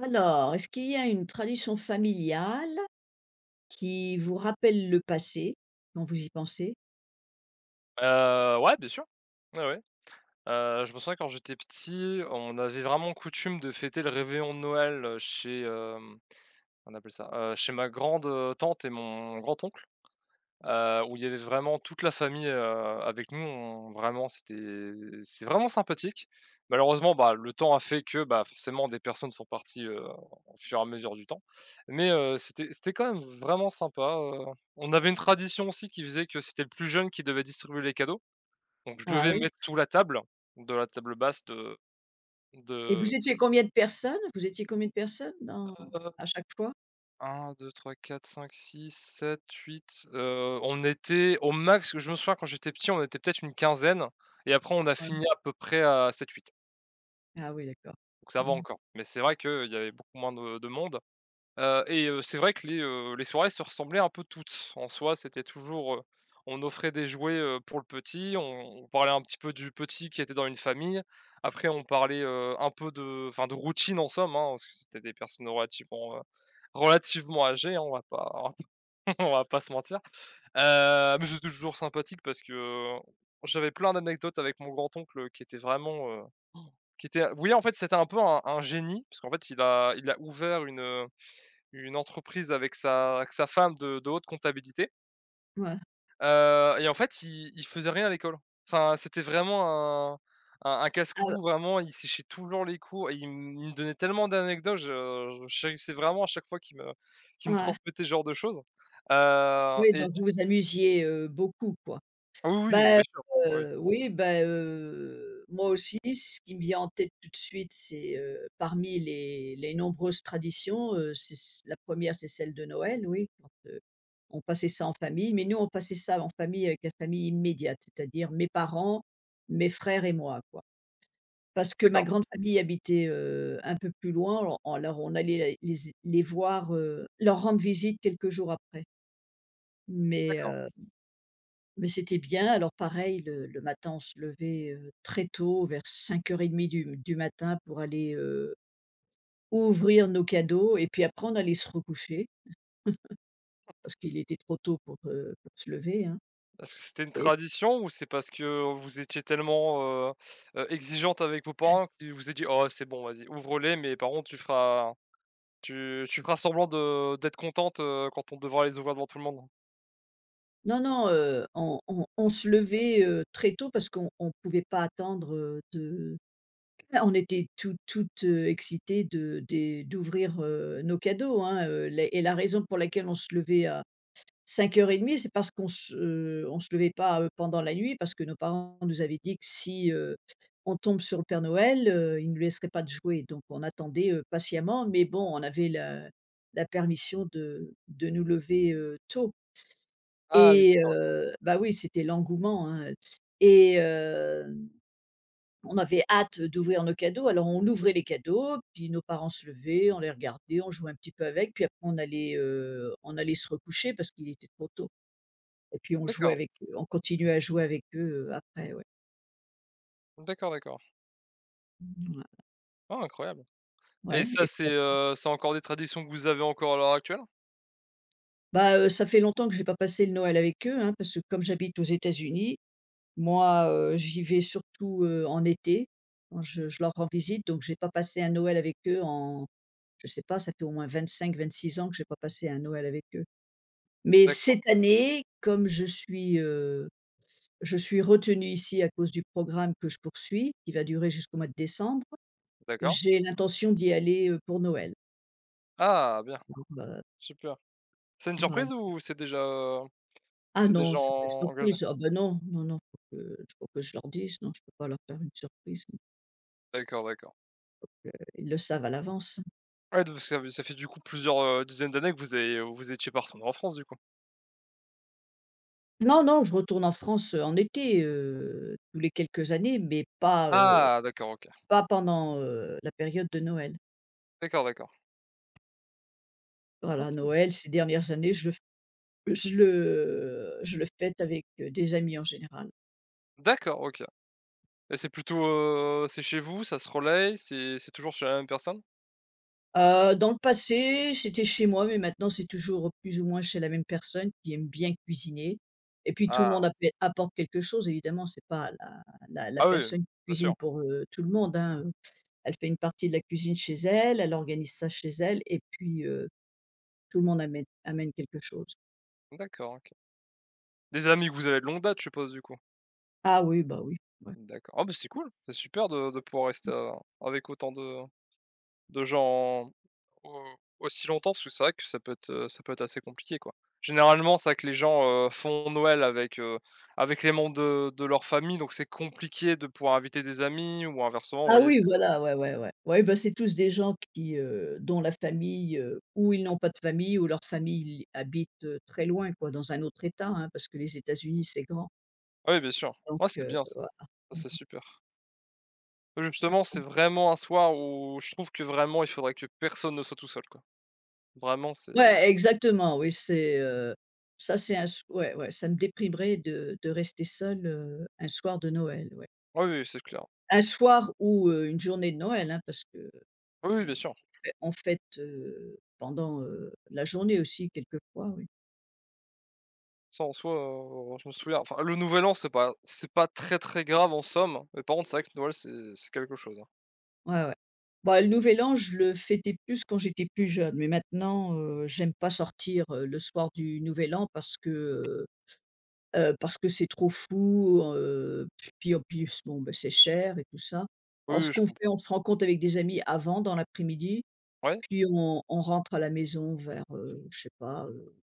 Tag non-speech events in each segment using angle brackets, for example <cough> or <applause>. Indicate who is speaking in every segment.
Speaker 1: Alors, est-ce qu'il y a une tradition familiale qui vous rappelle le passé, quand vous y pensez?
Speaker 2: Ouais, bien sûr. Ouais, ouais. Je me souviens quand j'étais petit, on avait vraiment coutume de fêter le réveillon de Noël, chez, on appelle ça, chez ma grande, tante et mon grand oncle, où il y avait vraiment toute la famille, avec nous. On vraiment, c'est vraiment sympathique. Malheureusement, bah, le temps a fait que, bah, forcément des personnes sont parties, au fur et à mesure du temps. Mais, c'était quand même vraiment sympa. On avait une tradition aussi qui faisait que c'était le plus jeune qui devait distribuer les cadeaux. Donc je
Speaker 1: Ah
Speaker 2: devais
Speaker 1: oui?
Speaker 2: mettre sous la table, de la table basse de
Speaker 1: Et
Speaker 2: de
Speaker 1: vous étiez combien de personnes? Vous étiez combien de personnes dans
Speaker 2: hop,
Speaker 1: à chaque fois?
Speaker 2: 1, 2, 3, 4, 5, 6, 7, 8, on était au max, je me souviens quand j'étais petit, on était peut-être une quinzaine et après on a
Speaker 1: Ouais.
Speaker 2: fini à peu près à sept, huit.
Speaker 1: Ah oui, d'accord.
Speaker 2: Donc ça va
Speaker 1: Mmh.
Speaker 2: encore. Mais c'est vrai qu'il y avait beaucoup moins de monde. Et c'est vrai que les soirées se ressemblaient un peu toutes. En soi, c'était toujours, on offrait des jouets, pour le petit, on parlait un petit peu du petit qui était dans une famille. Après on parlait, un peu de enfin de routine en somme, hein, parce que c'était des personnes relativement âgées, hein, on va pas <laughs> on va pas se mentir. Mais c'était toujours sympathique parce que j'avais plein d'anecdotes avec mon grand-oncle qui était vraiment, qui était oui en fait c'était un peu un génie parce qu'en fait il a ouvert une entreprise avec sa femme de haute comptabilité,
Speaker 1: Ouais.
Speaker 2: et en fait, il faisait rien à l'école. Enfin, c'était vraiment un
Speaker 1: Ah ouais.
Speaker 2: casse-cou, vraiment, il séchait toujours les cours et il me donnait tellement d'anecdotes, je chérissais vraiment à chaque fois qu'il me
Speaker 1: Ouais.
Speaker 2: transmettait ce genre de choses,
Speaker 1: Oui,
Speaker 2: et
Speaker 1: donc
Speaker 2: tu
Speaker 1: vous vous amusiez, beaucoup, quoi?
Speaker 2: ah oui, oui,
Speaker 1: Bah,
Speaker 2: bien sûr, oui.
Speaker 1: oui, bah, moi aussi, ce qui me vient en tête tout de suite, c'est, parmi les nombreuses traditions, c'est c la première, c'est celle de Noël, oui, quand, on passait ça en famille, mais nous, on passait ça en famille avec la famille immédiate, c'est-à-dire mes parents, mes frères et moi, quoi. Parce que ma
Speaker 2: D'accord,
Speaker 1: grande famille habitait, un peu plus loin, alors on allait les voir, leur rendre visite quelques jours après, mais
Speaker 2: d'accord.
Speaker 1: heu mais c'était bien. Alors pareil, le matin, on se levait, très tôt, vers 5:30 du matin pour aller, ouvrir nos cadeaux et puis après on allait se recoucher parce qu'il était trop tôt pour se lever, hein.
Speaker 2: Est-ce que c'était une
Speaker 1: Et
Speaker 2: tradition ou c'est parce que vous étiez tellement, exigeante avec vos parents qu'ils vous aient dit: «Oh, c'est bon, vas-y, ouvre-les, mais par contre, tu feras semblant de d'être contente, quand on devra les ouvrir devant tout le monde?»
Speaker 1: non, non, on se levait, très tôt parce qu'on on pouvait pas attendre, de enfin, on était toutes, excitées de des d'ouvrir, nos cadeaux, hein, la raison pour laquelle on se levait 5:30, c'est parce qu'on se levait pas, pendant la nuit, parce que nos parents nous avaient dit que si, on tombe sur le Père Noël, il ne nous laisserait pas de jouer. Donc on attendait, patiemment, mais bon, on avait la permission de nous lever, tôt.
Speaker 2: Ah oui,
Speaker 1: Et
Speaker 2: d'accord, OK.
Speaker 1: bah, oui, c'était l'engouement, hein, et hem, on avait hâte d'ouvrir nos cadeaux. Alors on ouvrait les cadeaux, puis nos parents se levaient, on les regardait, on jouait un petit peu avec, puis après on allait, se recoucher parce qu'il était trop tôt. Et puis on jouait
Speaker 2: D'accord,
Speaker 1: avec eux, on continuait à jouer avec eux, après, ouais.
Speaker 2: d'accord, d'accord.
Speaker 1: Ouais,
Speaker 2: Ah, incroyable, et
Speaker 1: ouais,
Speaker 2: ça
Speaker 1: et
Speaker 2: c'est,
Speaker 1: puis,
Speaker 2: heu, c'est encore des traditions que vous avez encore à l'heure actuelle?
Speaker 1: bah, ça fait longtemps que j'ai pas passé le Noël avec eux, hein, parce que comme j'habite aux États-Unis, moi, j'y vais surtout, en été, quand je leur rends visite, donc j'ai pas passé un Noël avec eux en je sais pas, ça fait au moins 25, 26 ans que j'ai pas passé un Noël avec eux. Mais
Speaker 2: D'accord,
Speaker 1: cette année, comme je suis retenue ici à cause du programme que je poursuis, qui va durer jusqu'au mois de décembre.
Speaker 2: d'accord.
Speaker 1: J'ai l'intention d'y aller, pour Noël.
Speaker 2: Ah bien,
Speaker 1: Donc
Speaker 2: super. C'est une
Speaker 1: voilà.
Speaker 2: surprise ou c'est déjà, heu,
Speaker 1: Ah
Speaker 2: c'est
Speaker 1: non,
Speaker 2: déjà
Speaker 1: c'est pas une
Speaker 2: engagé?
Speaker 1: surprise. Ah ben non, non, non, faut que je leur dise. Non, je peux pas leur faire une surprise, donc
Speaker 2: D'accord, d'accord.
Speaker 1: heu, ils le savent à l'avance.
Speaker 2: Ouais, donc ça fait du coup plusieurs, dizaines d'années que vous étiez pas retournés en France du coup?
Speaker 1: Non, non, je retourne en France, en été, tous les quelques années, mais
Speaker 2: Ah d'accord, OK.
Speaker 1: pas pendant, la période de Noël.
Speaker 2: D'accord, d'accord.
Speaker 1: Voilà,
Speaker 2: OK, OK.
Speaker 1: Noël, ces dernières années, je le f je le fête avec, des amis en général.
Speaker 2: D'accord, OK, et c'est plutôt, c'est chez vous, ça se relaye, c'est toujours chez la même personne?
Speaker 1: Dans le passé, c'était chez moi, mais maintenant c'est toujours plus ou moins chez la même personne qui aime bien cuisiner et puis tout le
Speaker 2: Ah.
Speaker 1: monde appé apporte quelque chose évidemment, c'est pas la
Speaker 2: Ah oui,
Speaker 1: personne qui
Speaker 2: bien
Speaker 1: cuisine
Speaker 2: sûr.
Speaker 1: pour, tout le monde, hein. Elle fait une partie de la cuisine chez elle, elle organise ça chez elle et puis, tout le monde amène quelque chose.
Speaker 2: D'accord, OK. Des amis que vous avez de longue date, je suppose, du coup?
Speaker 1: Ah oui, bah oui.
Speaker 2: D'accord. Ah, bah, c'est cool, c'est super de pouvoir rester, avec autant de gens au aussi longtemps, parce que c'est vrai que ça peut être assez compliqué, quoi. Généralement, c'est vrai que les gens, font Noël avec les membres de leur famille, donc c'est compliqué de pouvoir inviter des amis ou inversement, vous
Speaker 1: Ah
Speaker 2: voyez? C'est
Speaker 1: oui, voilà, ouais, ouais, ouais. Ouais, bah, c'est tous des gens qui, dont la famille, ou ils n'ont pas de famille ou leur famille habite, très loin quoi, dans un autre état, hein, parce que les États-Unis, c'est grand.
Speaker 2: Ah oui, bien sûr.
Speaker 1: Donc
Speaker 2: Ouais, c'est bien ça,
Speaker 1: voilà. Mmh.
Speaker 2: ça, c'est super.
Speaker 1: C'est
Speaker 2: Justement,
Speaker 1: ça.
Speaker 2: c'est vraiment un soir où je trouve que vraiment il faudrait que personne ne soit tout seul, quoi. Vraiment, c'est
Speaker 1: Ouais, exactement, oui, ça c'est un s ouais, ouais, ça me déprimerait de rester seul un soir de Noël, ouais.
Speaker 2: ah oui, oui, c'est clair.
Speaker 1: Un soir ou, une journée de Noël, hein, parce que
Speaker 2: Ah oui, oui,
Speaker 1: mmh,
Speaker 2: bien sûr.
Speaker 1: on fête, pendant, la journée aussi quelquefois, oui.
Speaker 2: Ça en soi, je me souviens enfin le nouvel an, c'est pas très, très grave en somme, mais par contre c'est vrai que Noël c'est quelque chose, hein.
Speaker 1: Ouais, ouais. Bah, le nouvel an, je le fêtais plus quand j'étais plus jeune, mais maintenant, j'aime pas sortir, le soir du nouvel an parce que c'est trop fou, puis en plus, bon, ben c'est cher et tout ça. Alors
Speaker 2: Oui,
Speaker 1: ce
Speaker 2: oui, je
Speaker 1: qu'on fait,
Speaker 2: comprends.
Speaker 1: on se rencontre avec des amis avant, dans l'après-midi,
Speaker 2: Ouais?
Speaker 1: puis on rentre à la maison vers, je sais pas,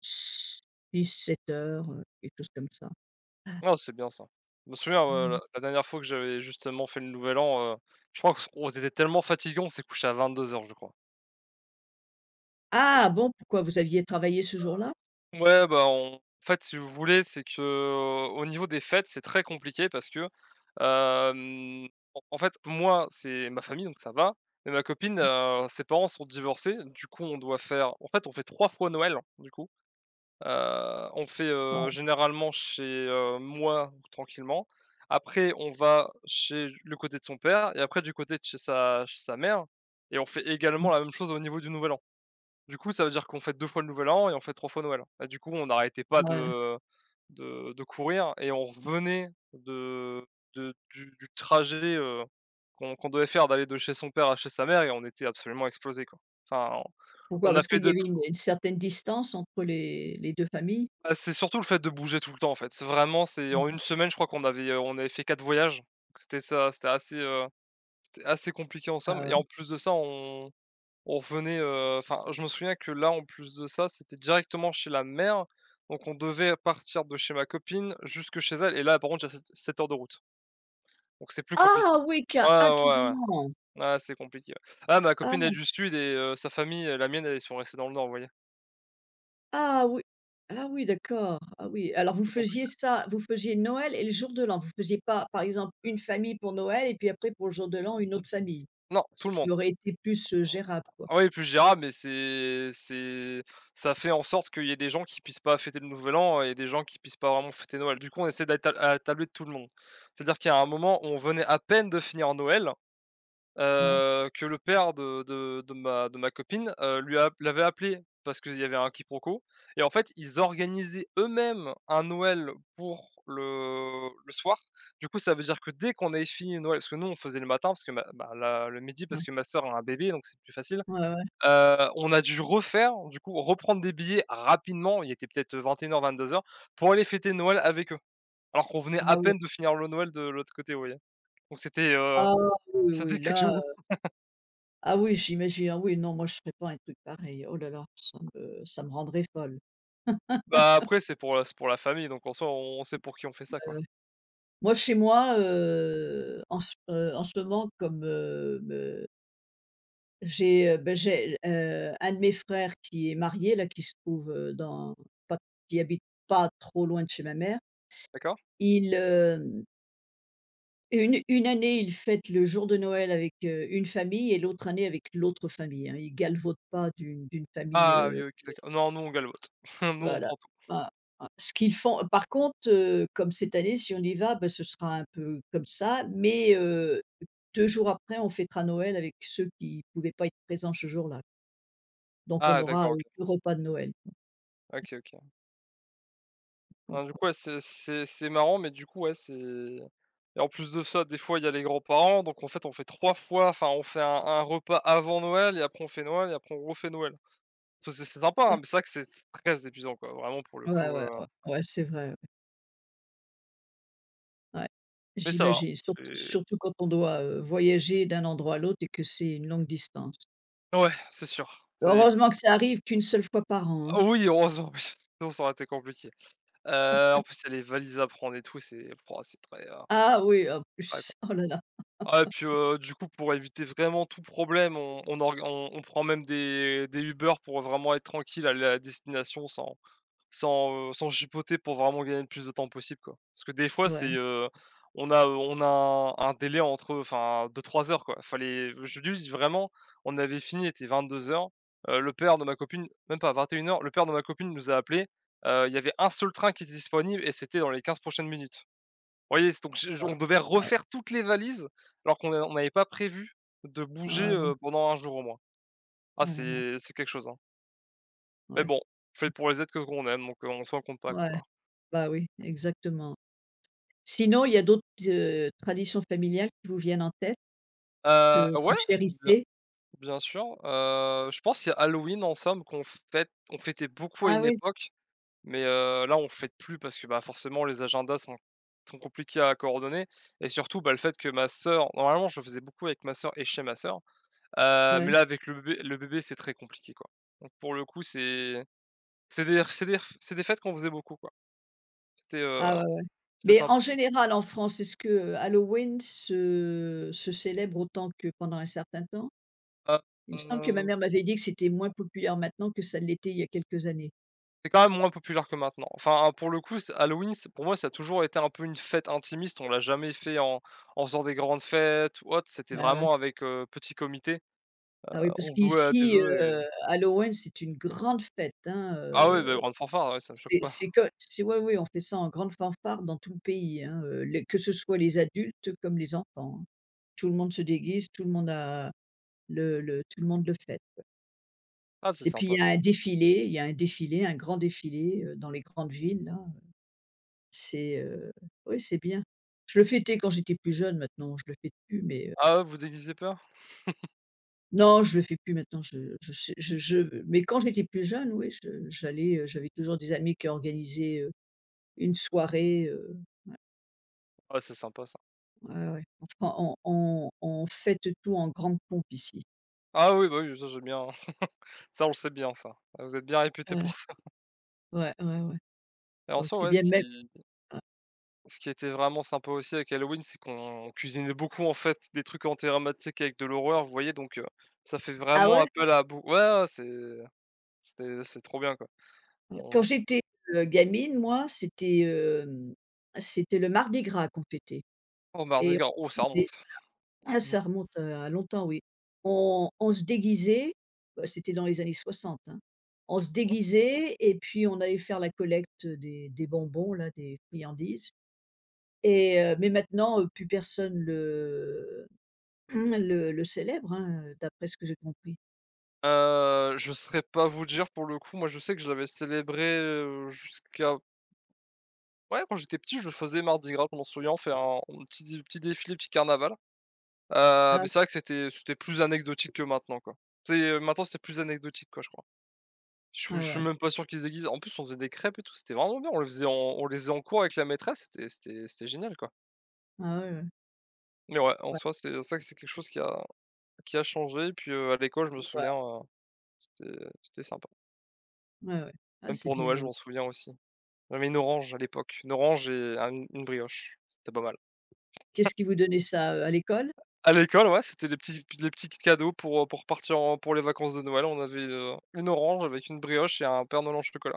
Speaker 1: six sept heures, quelque chose comme ça.
Speaker 2: Non, c'est bien ça. Je me souviens, la
Speaker 1: Mmh.
Speaker 2: la dernière fois que j'avais justement fait le nouvel an, je crois qu'on était tellement fatigués, on s'est couché à 22 heures je crois.
Speaker 1: Ah bon, pourquoi vous aviez travaillé ce jour-là?
Speaker 2: Ouais, bah, on en fait, si vous voulez, c'est que, au niveau des fêtes, c'est très compliqué parce que, hem, en fait, moi, c'est ma famille, donc ça va, mais ma copine, ses parents sont divorcés, du coup, on doit faire en fait, on fait 3 fois Noël, du coup. On fait,
Speaker 1: Ouais,
Speaker 2: généralement chez, moi, tranquillement. Après, on va chez le côté de son père et après du côté de chez sa mère et on fait également
Speaker 1: mmh,
Speaker 2: la même chose au niveau du Nouvel An. Du coup, ça veut dire qu'on fête 2 fois le nouvel an et on fête 3 fois Noël. Et du coup, on n'arrêtait pas
Speaker 1: ouais.
Speaker 2: de courir et on revenait de du trajet, qu'on devait faire d'aller de chez son père à chez sa mère et on était absolument explosé quoi. Enfin,
Speaker 1: Pourquoi?
Speaker 2: on a
Speaker 1: Parce
Speaker 2: fait
Speaker 1: qu'il y
Speaker 2: de
Speaker 1: avait
Speaker 2: tout.
Speaker 1: une certaine distance entre les 2 familles?
Speaker 2: Bah, c'est surtout le fait de bouger tout le temps, en fait. C'est en une
Speaker 1: Mmh,
Speaker 2: semaine, je crois qu'on avait fait 4 voyages. Donc c'était ça, c'était assez compliqué en somme
Speaker 1: ah
Speaker 2: et
Speaker 1: ouais.
Speaker 2: en plus de ça, on revenait, enfin, je me souviens que là, en plus de ça, c'était directement chez la mère, donc on devait partir de chez ma copine jusque chez elle et là, par contre, il y a 7 heures de route, donc c'est plus compliqué.
Speaker 1: Ah oui,
Speaker 2: Ouais,
Speaker 1: ca
Speaker 2: ouais,
Speaker 1: ah
Speaker 2: ouais,
Speaker 1: carrément!
Speaker 2: ouais, ouais, c'est compliqué. Ouais. Ah, ma
Speaker 1: Ah,
Speaker 2: copine elle est du sud, et sa famille, la mienne, elles sont restées dans le nord, vous voyez?
Speaker 1: ah oui, ah oui, d'accord. Ah oui, alors
Speaker 2: C'est
Speaker 1: vous
Speaker 2: plus
Speaker 1: faisiez
Speaker 2: compliqué.
Speaker 1: ça, vous faisiez Noël et le jour de l'an? Vous faisiez pas, par exemple, une famille pour Noël et puis après pour le jour de l'an, une autre famille?
Speaker 2: Non, tout
Speaker 1: Ce
Speaker 2: le
Speaker 1: qui
Speaker 2: monde.
Speaker 1: aurait été plus, gérable quoi.
Speaker 2: Ah oui, plus gérable, mais c'est ça fait en sorte qu'il y ait des gens qui puissent pas fêter le nouvel an et des gens qui puissent pas vraiment fêter Noël. Du coup, on essaie d'être à la tablée de tout le monde. C'est-à-dire qu'il y a un moment où on venait à peine de finir Noël.
Speaker 1: Ouais,
Speaker 2: Que le père de ma copine, lui a l'avait appelé parce qu'il y avait un quiproquo et en fait, ils organisaient eux-mêmes un Noël pour le soir. Du coup, ça veut dire que dès qu'on avait fini Noël parce que nous, on faisait le matin parce que ma bah, la le midi
Speaker 1: ouais,
Speaker 2: parce que ma sœur a un bébé, donc c'est plus facile.
Speaker 1: ouais, ouais.
Speaker 2: On a dû refaire, du coup, reprendre des billets rapidement, il était peut-être vingt et une heures deux heures pour aller fêter Noël avec eux, alors qu'on venait à
Speaker 1: Ah ouais.
Speaker 2: peine de finir le Noël de l'autre côté, vous voyez? Donc c'était, heu,
Speaker 1: Ah oui,
Speaker 2: c'était
Speaker 1: oui
Speaker 2: quelque
Speaker 1: là,
Speaker 2: chose.
Speaker 1: ah oui, j'imagine. Ah oui non, moi je ferais pas un truc pareil. Oh là là, ça me rendrait folle.
Speaker 2: Bah, après c'est pour la famille, donc en soi on sait pour qui on fait ça, quoi.
Speaker 1: Moi, chez moi, en ce moment, comme, me j'ai, un de mes frères qui est marié, là, qui se trouve, dans pas qui habite pas trop loin de chez ma mère.
Speaker 2: D'accord?
Speaker 1: Il, une année, il fête le jour de Noël avec, une famille et l'autre année avec l'autre famille, hein. Il galvaude pas d'une famille,
Speaker 2: Ah oui,
Speaker 1: euh,
Speaker 2: OK, d'accord. Non, nous on galvote. <laughs> Nous on
Speaker 1: voilà.
Speaker 2: prend tout.
Speaker 1: Ah, ah, ce qu'ils font par contre, comme cette année, si on y va, bah, ce sera un peu comme ça, mais 2 jours après, on fêtera Noël avec ceux qui ne pouvaient pas être présents ce jour-là. Donc on
Speaker 2: Ah
Speaker 1: aura,
Speaker 2: d'accord, OK.
Speaker 1: 2 repas de Noël,
Speaker 2: OK, OK.
Speaker 1: bon.
Speaker 2: Ah, du coup, ouais, c'est marrant, mais du coup, ouais, c'est et en plus de ça, des fois, il y a les grands-parents, donc en fait, on fait 3 fois, enfin, on fait un repas avant Noël et après on fait Noël et après on refait Noël. Ça c'est sympa, hein,
Speaker 1: Ah.
Speaker 2: mais c'est vrai que c'est très épuisant, quoi, vraiment pour le
Speaker 1: Ouais,
Speaker 2: coup,
Speaker 1: ouais, ouais, ouais, c'est vrai, ouais. Ouais,
Speaker 2: mais ça va,
Speaker 1: j'imagine,
Speaker 2: c'est
Speaker 1: surtout quand on doit, voyager d'un endroit à l'autre et que c'est une longue distance.
Speaker 2: ouais, c'est sûr. C'est
Speaker 1: Heureusement que ça arrive qu'une seule fois par an, hein.
Speaker 2: Ah oui, heureusement, <laughs> oui, sinon ça aurait été compliqué. En plus, il y a les valises à prendre et tout, c'est pouah, c'est très, heu,
Speaker 1: Ah oui, en
Speaker 2: très con.
Speaker 1: plus, <laughs> oh là là,
Speaker 2: Ah et puis, du coup, pour éviter vraiment tout problème, on org on prend même des Uber pour vraiment être tranquille à la destination sans chipoter pour vraiment gagner le plus de temps possible, quoi. Parce que des fois,
Speaker 1: ouais,
Speaker 2: on a un délai entre enfin de 3 heures, quoi. Fallait je dis vraiment, on avait fini, il était 22 h, le père de ma copine même pas, 21 heures le père de ma copine nous a appelé, il y avait un seul train qui était disponible et c'était dans les 15 prochaines minutes. Vous voyez? C'est Donc je
Speaker 1: ouais,
Speaker 2: on devait
Speaker 1: ouais,
Speaker 2: refaire toutes les valises alors qu'on a on n'avait pas prévu de bouger,
Speaker 1: ah ouais,
Speaker 2: pendant un jour au moins. Ah
Speaker 1: oh là là,
Speaker 2: c'est quelque chose, hein. Mais
Speaker 1: ouais,
Speaker 2: bon, fait pour les êtres que qu'on aime, donc, on s'en compte pas,
Speaker 1: ouais,
Speaker 2: quoi.
Speaker 1: bah oui, exactement. Sinon, il y a d'autres, traditions familiales qui vous viennent en tête, que vous
Speaker 2: Ouais, bien
Speaker 1: chérissez?
Speaker 2: bien sûr, je pense qu'il y a Halloween en somme qu'on fête on fêtait beaucoup à
Speaker 1: Ah
Speaker 2: une
Speaker 1: oui?
Speaker 2: époque, mais là on fête plus parce que, bah, forcément les agendas sont compliqués à coordonner et surtout, bah, le fait que ma sœur normalement je le faisais beaucoup avec ma sœur et chez ma sœur,
Speaker 1: Ouais,
Speaker 2: mais là avec le bébé c'est très compliqué, quoi. Donc pour le coup c'est des fêtes qu'on faisait beaucoup, quoi. C'était, heu,
Speaker 1: ah ouais, ouais.
Speaker 2: c'était
Speaker 1: Mais en
Speaker 2: sympathique.
Speaker 1: général en France, Halloween se célèbre autant que pendant un certain temps? Il me semble que ma
Speaker 2: Heu
Speaker 1: mère m'avait dit que c'était moins populaire maintenant que ça l'était il y a quelques années.
Speaker 2: C'est quand même moins populaire que maintenant. Enfin, ah, pour le coup, c Halloween, c'est pour moi, ça a toujours été un peu une fête intimiste. On l'a jamais fait en faisant des grandes fêtes ou autre. C'était
Speaker 1: Ouais, ouais.
Speaker 2: vraiment avec, petit comité.
Speaker 1: Ah oui, parce
Speaker 2: On jouait à des
Speaker 1: qu'ici,
Speaker 2: jeux et
Speaker 1: Halloween, c'est une grande fête, hein,
Speaker 2: ah oui, bah, grande fanfare, ouais, ça me choque pas.
Speaker 1: c'est que c'est ouais, oui, on fait ça en grande fanfare dans tout le pays, hein, les que ce soit les adultes comme les enfants, hein. Tout le monde se déguise, tout le monde a le tout le monde le fête.
Speaker 2: Ah, c'est
Speaker 1: Et puis
Speaker 2: sympa ça.
Speaker 1: il y a un défilé, un grand défilé, dans les grandes villes là, c'est, heu, oui, c'est bien. Je le fêtais quand j'étais plus jeune, maintenant je le fais plus mais
Speaker 2: Ah ouais, vous déguisez peur?
Speaker 1: non, je le fais plus maintenant, je sais je mais quand j'étais plus jeune, oui, je j'allais, j'avais toujours des amis qui organisaient, une soirée,
Speaker 2: Ah, c'est sympa ça.
Speaker 1: ouais, ouais. Enfin, on fête tout en grande pompe ici.
Speaker 2: Ah oui, bah, oui, ça j'aime bien, <laughs> Ça, on le sait bien ça. Ah, vous êtes bien réputé
Speaker 1: Ouais,
Speaker 2: pour ça.
Speaker 1: ouais, ouais, ouais.
Speaker 2: Et en
Speaker 1: Donc
Speaker 2: soi,
Speaker 1: c'est
Speaker 2: ouais,
Speaker 1: bien
Speaker 2: ce qui
Speaker 1: même, ouais.
Speaker 2: Ce qui était vraiment sympa aussi avec Halloween, c'est qu'on cuisinait beaucoup, en fait, des trucs en thématique avec de l'horreur, vous voyez? Donc ça fait
Speaker 1: Ah
Speaker 2: vraiment
Speaker 1: ouais?
Speaker 2: appel à beau ouais, ouais, c'est trop bien, quoi.
Speaker 1: Ouais. Quand
Speaker 2: On
Speaker 1: j'étais, gamine, moi, c'était le Mardi Gras qu'on fêtait
Speaker 2: Oh mardi
Speaker 1: et on
Speaker 2: gras, oh ça remonte.
Speaker 1: Ah
Speaker 2: <laughs>
Speaker 1: ça remonte, à longtemps oui. On se déguisait, bah, c'était dans les années 60, hein. On se déguisait et puis on allait faire la collecte des bonbons là, des friandises et mais maintenant, plus personne le <clears throat> le célèbre, hein, d'après ce que j'ai compris.
Speaker 2: Je saurais pas vous dire pour le coup, moi je sais que je l'avais célébré, jusqu'à ouais, quand j'étais petit, je le faisais mardi gras, je m'en souviens, on fait un petit petit défilé, petit carnaval.
Speaker 1: Ah
Speaker 2: Mais
Speaker 1: ouais,
Speaker 2: c'est vrai que c'était plus anecdotique que maintenant, quoi. C'est maintenant c'est plus anecdotique, quoi, je crois. Je suis
Speaker 1: ouais,
Speaker 2: je suis
Speaker 1: ouais.
Speaker 2: même pas sûr qu'ils aiguisent. En plus, on faisait des crêpes et tout, c'était vraiment bien. On les faisait en cours avec la maîtresse, c'était génial, quoi.
Speaker 1: Ah ouais, ouais.
Speaker 2: Mais ouais, en
Speaker 1: Ouais,
Speaker 2: soi, c'est ça que c'est quelque chose qui a changé. Puis, à l'école, je me
Speaker 1: ouais.
Speaker 2: souviens, c'était sympa.
Speaker 1: Ouais, ouais. Ah
Speaker 2: Même
Speaker 1: c'est
Speaker 2: pour
Speaker 1: bien,
Speaker 2: Noël, je
Speaker 1: ouais.
Speaker 2: m'en souviens aussi. J'avais une orange à l'époque, une orange et un une brioche, c'était pas mal.
Speaker 1: Qu'est-ce qui vous donnait ça, à l'école?
Speaker 2: À l'école, ouais, c'était les petits cadeaux pour partir en pour les vacances de Noël. On avait, une orange avec une brioche et un Père Noël en chocolat.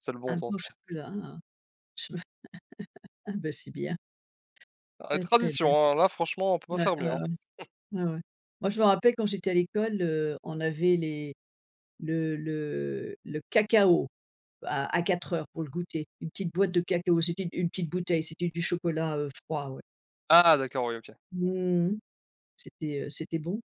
Speaker 2: C'est le bon
Speaker 1: Un
Speaker 2: temps,
Speaker 1: pain
Speaker 2: ça.
Speaker 1: au chocolat, ah, je <laughs> me ah bah, c'est bien,
Speaker 2: Ah, les
Speaker 1: très, très
Speaker 2: traditions,
Speaker 1: bien.
Speaker 2: hein, là, franchement, on peut pas
Speaker 1: Ouais,
Speaker 2: faire
Speaker 1: ouais,
Speaker 2: mieux, hein.
Speaker 1: ouais. Ouais, ouais. Moi, je me rappelle quand j'étais à l'école, on avait les le cacao à 4 heures pour le goûter. Une petite boîte de cacao, c'était une petite bouteille, c'était du chocolat, froid, ouais.
Speaker 2: Ah d'accord, oui, OK.
Speaker 1: Mmh. C'était bon.